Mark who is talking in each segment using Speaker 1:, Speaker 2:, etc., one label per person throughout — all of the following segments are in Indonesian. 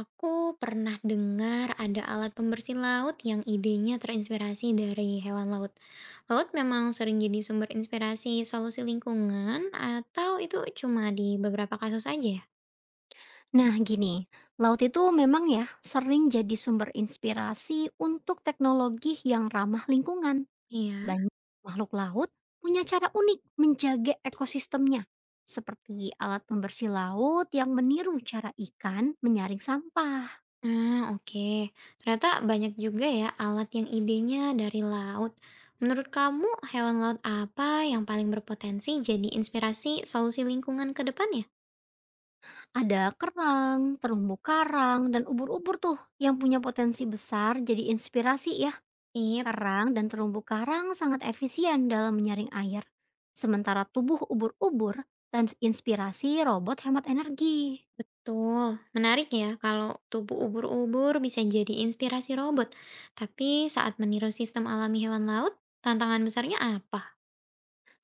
Speaker 1: Aku pernah dengar ada alat pembersih laut yang idenya terinspirasi dari hewan laut. Laut memang sering jadi sumber inspirasi solusi lingkungan atau itu cuma di beberapa kasus aja ya?
Speaker 2: Nah, gini, laut itu memang ya sering jadi sumber inspirasi untuk teknologi yang ramah lingkungan.
Speaker 1: Iya.
Speaker 2: Banyak makhluk laut punya cara unik menjaga ekosistemnya, seperti alat pembersih laut yang meniru cara ikan menyaring sampah.
Speaker 1: Ah, oke. Ternyata banyak juga ya alat yang idenya dari laut. Menurut kamu hewan laut apa yang paling berpotensi jadi inspirasi solusi lingkungan ke depannya?
Speaker 2: Ada kerang, terumbu karang, dan ubur-ubur tuh yang punya potensi besar jadi inspirasi ya.
Speaker 1: Iya.
Speaker 2: Kerang dan terumbu karang sangat efisien dalam menyaring air, sementara tubuh ubur-ubur dan inspirasi robot hemat energi.
Speaker 1: Betul, menarik ya kalau tubuh ubur-ubur bisa jadi inspirasi robot. Tapi saat meniru sistem alami hewan laut, tantangan besarnya apa?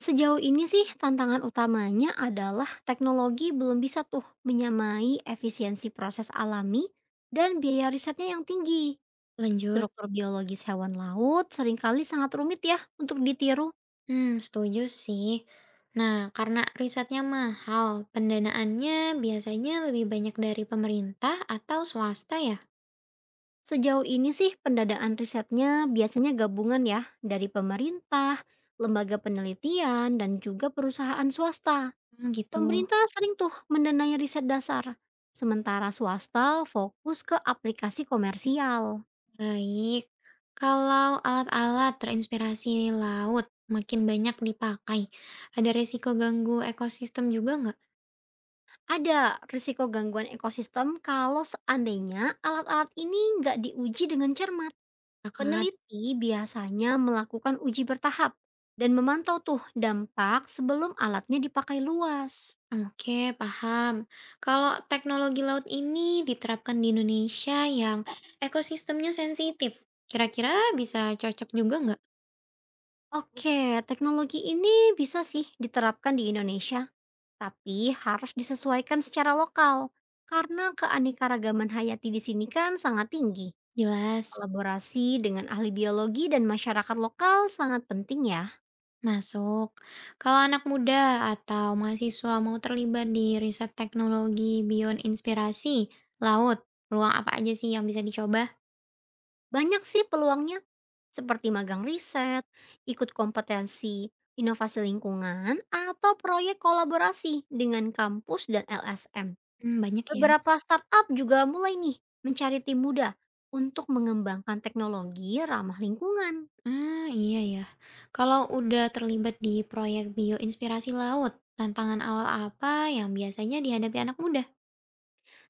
Speaker 2: Sejauh ini sih tantangan utamanya adalah teknologi belum bisa tuh menyamai efisiensi proses alami dan biaya risetnya yang tinggi.
Speaker 1: Lanjut.
Speaker 2: Struktur biologis hewan laut seringkali sangat rumit ya untuk ditiru.
Speaker 1: Hmm, setuju sih. Nah, karena risetnya mahal, pendanaannya biasanya lebih banyak dari pemerintah atau swasta ya?
Speaker 2: Sejauh ini sih pendanaan risetnya biasanya gabungan ya dari pemerintah, lembaga penelitian, dan juga perusahaan swasta.
Speaker 1: Hmm, gitu.
Speaker 2: Pemerintah sering tuh mendanai riset dasar, sementara swasta fokus ke aplikasi komersial.
Speaker 1: Baik. Kalau alat-alat terinspirasi laut makin banyak dipakai, ada risiko ganggu ekosistem juga nggak?
Speaker 2: Ada risiko gangguan ekosistem kalau seandainya alat-alat ini nggak diuji dengan cermat.
Speaker 1: Kakak?
Speaker 2: Peneliti biasanya melakukan uji bertahap dan memantau tuh dampak sebelum alatnya dipakai luas.
Speaker 1: Oke, paham. Kalau teknologi laut ini diterapkan di Indonesia yang ekosistemnya sensitif, kira-kira bisa cocok juga nggak?
Speaker 2: Oke, teknologi ini bisa sih diterapkan di Indonesia, tapi harus disesuaikan secara lokal. Karena keanekaragaman hayati di sini kan sangat tinggi.
Speaker 1: Jelas,
Speaker 2: Kolaborasi dengan ahli biologi dan masyarakat lokal sangat penting ya.
Speaker 1: masuk. Kalau anak muda atau mahasiswa mau terlibat di riset teknologi bion inspirasi laut, peluang apa aja sih yang bisa dicoba?
Speaker 2: Banyak sih peluangnya, seperti magang riset, ikut kompetensi, inovasi lingkungan, atau proyek kolaborasi dengan kampus dan LSM.
Speaker 1: Hmm, banyak ya.
Speaker 2: Beberapa startup juga mulai nih mencari tim muda untuk mengembangkan teknologi ramah lingkungan.
Speaker 1: Ah, iya ya. Kalau udah terlibat di proyek bioinspirasi laut, tantangan awal apa yang biasanya dihadapi anak muda?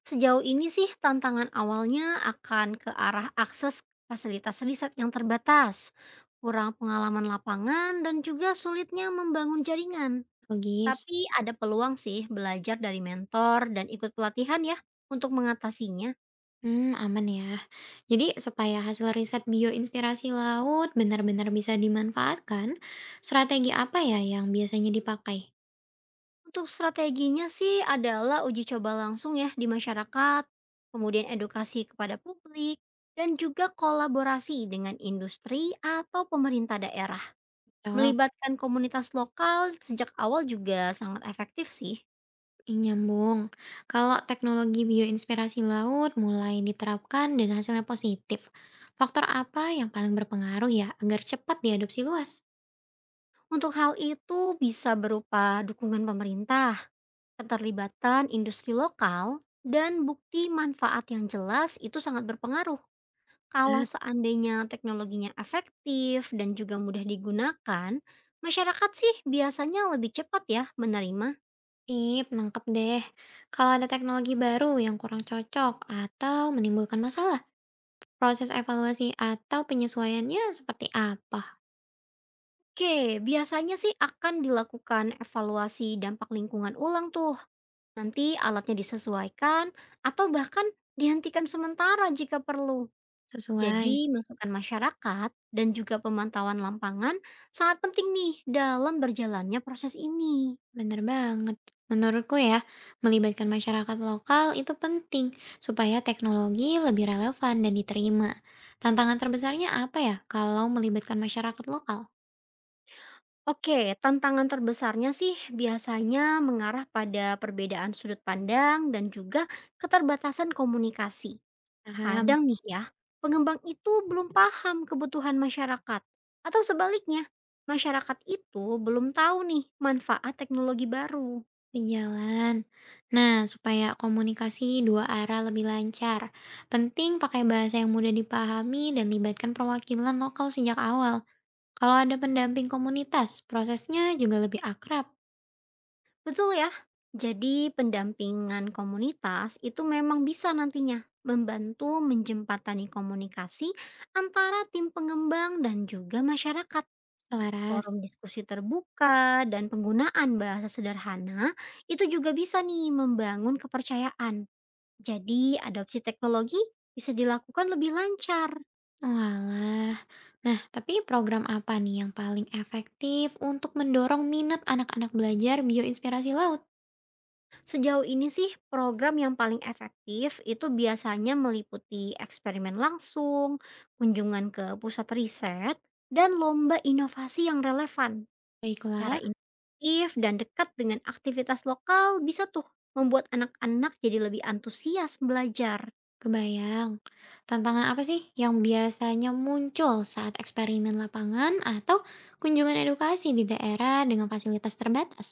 Speaker 2: Sejauh ini sih tantangan awalnya akan ke arah akses fasilitas riset yang terbatas, kurang pengalaman lapangan dan juga sulitnya membangun jaringan.
Speaker 1: Logis.
Speaker 2: Tapi ada peluang sih belajar dari mentor dan ikut pelatihan ya untuk mengatasinya.
Speaker 1: Hmm, aman ya. Jadi supaya hasil riset bioinspirasi laut benar-benar bisa dimanfaatkan, strategi apa ya yang biasanya dipakai?
Speaker 2: Untuk strateginya sih adalah uji coba langsung ya di masyarakat, kemudian edukasi kepada publik, dan juga kolaborasi dengan industri atau pemerintah daerah.
Speaker 1: Oh,
Speaker 2: Melibatkan komunitas lokal sejak awal juga sangat efektif sih.
Speaker 1: nyambung. Kalau teknologi bioinspirasi laut mulai diterapkan dan hasilnya positif, faktor apa yang paling berpengaruh ya agar cepat diadopsi luas?
Speaker 2: Untuk hal itu bisa berupa dukungan pemerintah, keterlibatan industri lokal, dan bukti manfaat yang jelas itu sangat berpengaruh. Kalau
Speaker 1: Nah,
Speaker 2: seandainya teknologinya efektif dan juga mudah digunakan, masyarakat sih biasanya lebih cepat ya menerima.
Speaker 1: tip, nangkep deh. Kalau ada teknologi baru yang kurang cocok atau menimbulkan masalah, proses evaluasi atau penyesuaiannya seperti apa?
Speaker 2: Oke, biasanya sih akan dilakukan evaluasi dampak lingkungan ulang tuh. Nanti alatnya disesuaikan atau bahkan dihentikan sementara jika perlu.
Speaker 1: Sesuai,
Speaker 2: Jadi masukan masyarakat dan juga pemantauan lapangan sangat penting nih dalam berjalannya proses ini.
Speaker 1: bener banget. Menurutku ya, melibatkan masyarakat lokal itu penting supaya teknologi lebih relevan dan diterima. Tantangan terbesarnya apa ya kalau melibatkan masyarakat lokal?
Speaker 2: Oke, tantangan terbesarnya sih biasanya mengarah pada perbedaan sudut pandang dan juga keterbatasan komunikasi.
Speaker 1: Paham,
Speaker 2: Kadang nih ya, pengembang itu belum paham kebutuhan masyarakat. Atau sebaliknya, masyarakat itu belum tahu nih manfaat teknologi baru.
Speaker 1: sejalan. Nah, supaya komunikasi dua arah lebih lancar, penting pakai bahasa yang mudah dipahami dan libatkan perwakilan lokal sejak awal. Kalau ada pendamping komunitas, prosesnya juga lebih akrab,
Speaker 2: Betul ya? Jadi pendampingan komunitas itu memang bisa nantinya membantu menjembatani komunikasi antara tim pengembang dan juga masyarakat.
Speaker 1: selaras.
Speaker 2: Forum diskusi terbuka dan penggunaan bahasa sederhana itu juga bisa nih membangun kepercayaan. Jadi, adopsi teknologi bisa dilakukan lebih lancar.
Speaker 1: Walah. Nah, tapi program apa nih yang paling efektif untuk mendorong minat anak-anak belajar bioinspirasi laut?
Speaker 2: Sejauh ini sih program yang paling efektif itu biasanya meliputi eksperimen langsung, kunjungan ke pusat riset, dan lomba inovasi yang relevan. Cara
Speaker 1: Baiklah,
Speaker 2: inisiatif dan dekat dengan aktivitas lokal bisa tuh membuat anak-anak jadi lebih antusias belajar.
Speaker 1: kebayang. Tantangan apa sih yang biasanya muncul saat eksperimen lapangan atau kunjungan edukasi di daerah dengan fasilitas terbatas?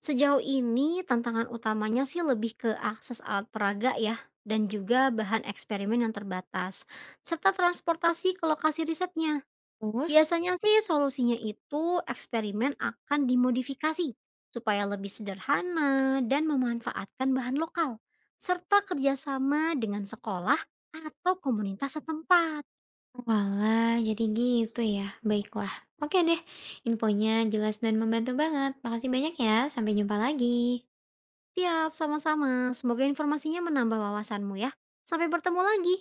Speaker 2: Sejauh ini tantangan utamanya sih lebih ke akses alat peraga ya, dan juga bahan eksperimen yang terbatas, serta transportasi ke lokasi risetnya.
Speaker 1: Terus,
Speaker 2: Biasanya sih solusinya itu eksperimen akan dimodifikasi supaya lebih sederhana dan memanfaatkan bahan lokal, serta kerjasama dengan sekolah atau komunitas setempat.
Speaker 1: walah, jadi gitu ya. Baiklah. Oke deh, infonya jelas dan membantu banget. Makasih banyak ya. Sampai jumpa lagi.
Speaker 2: Tiap sama-sama, semoga informasinya menambah wawasanmu ya. Sampai bertemu lagi.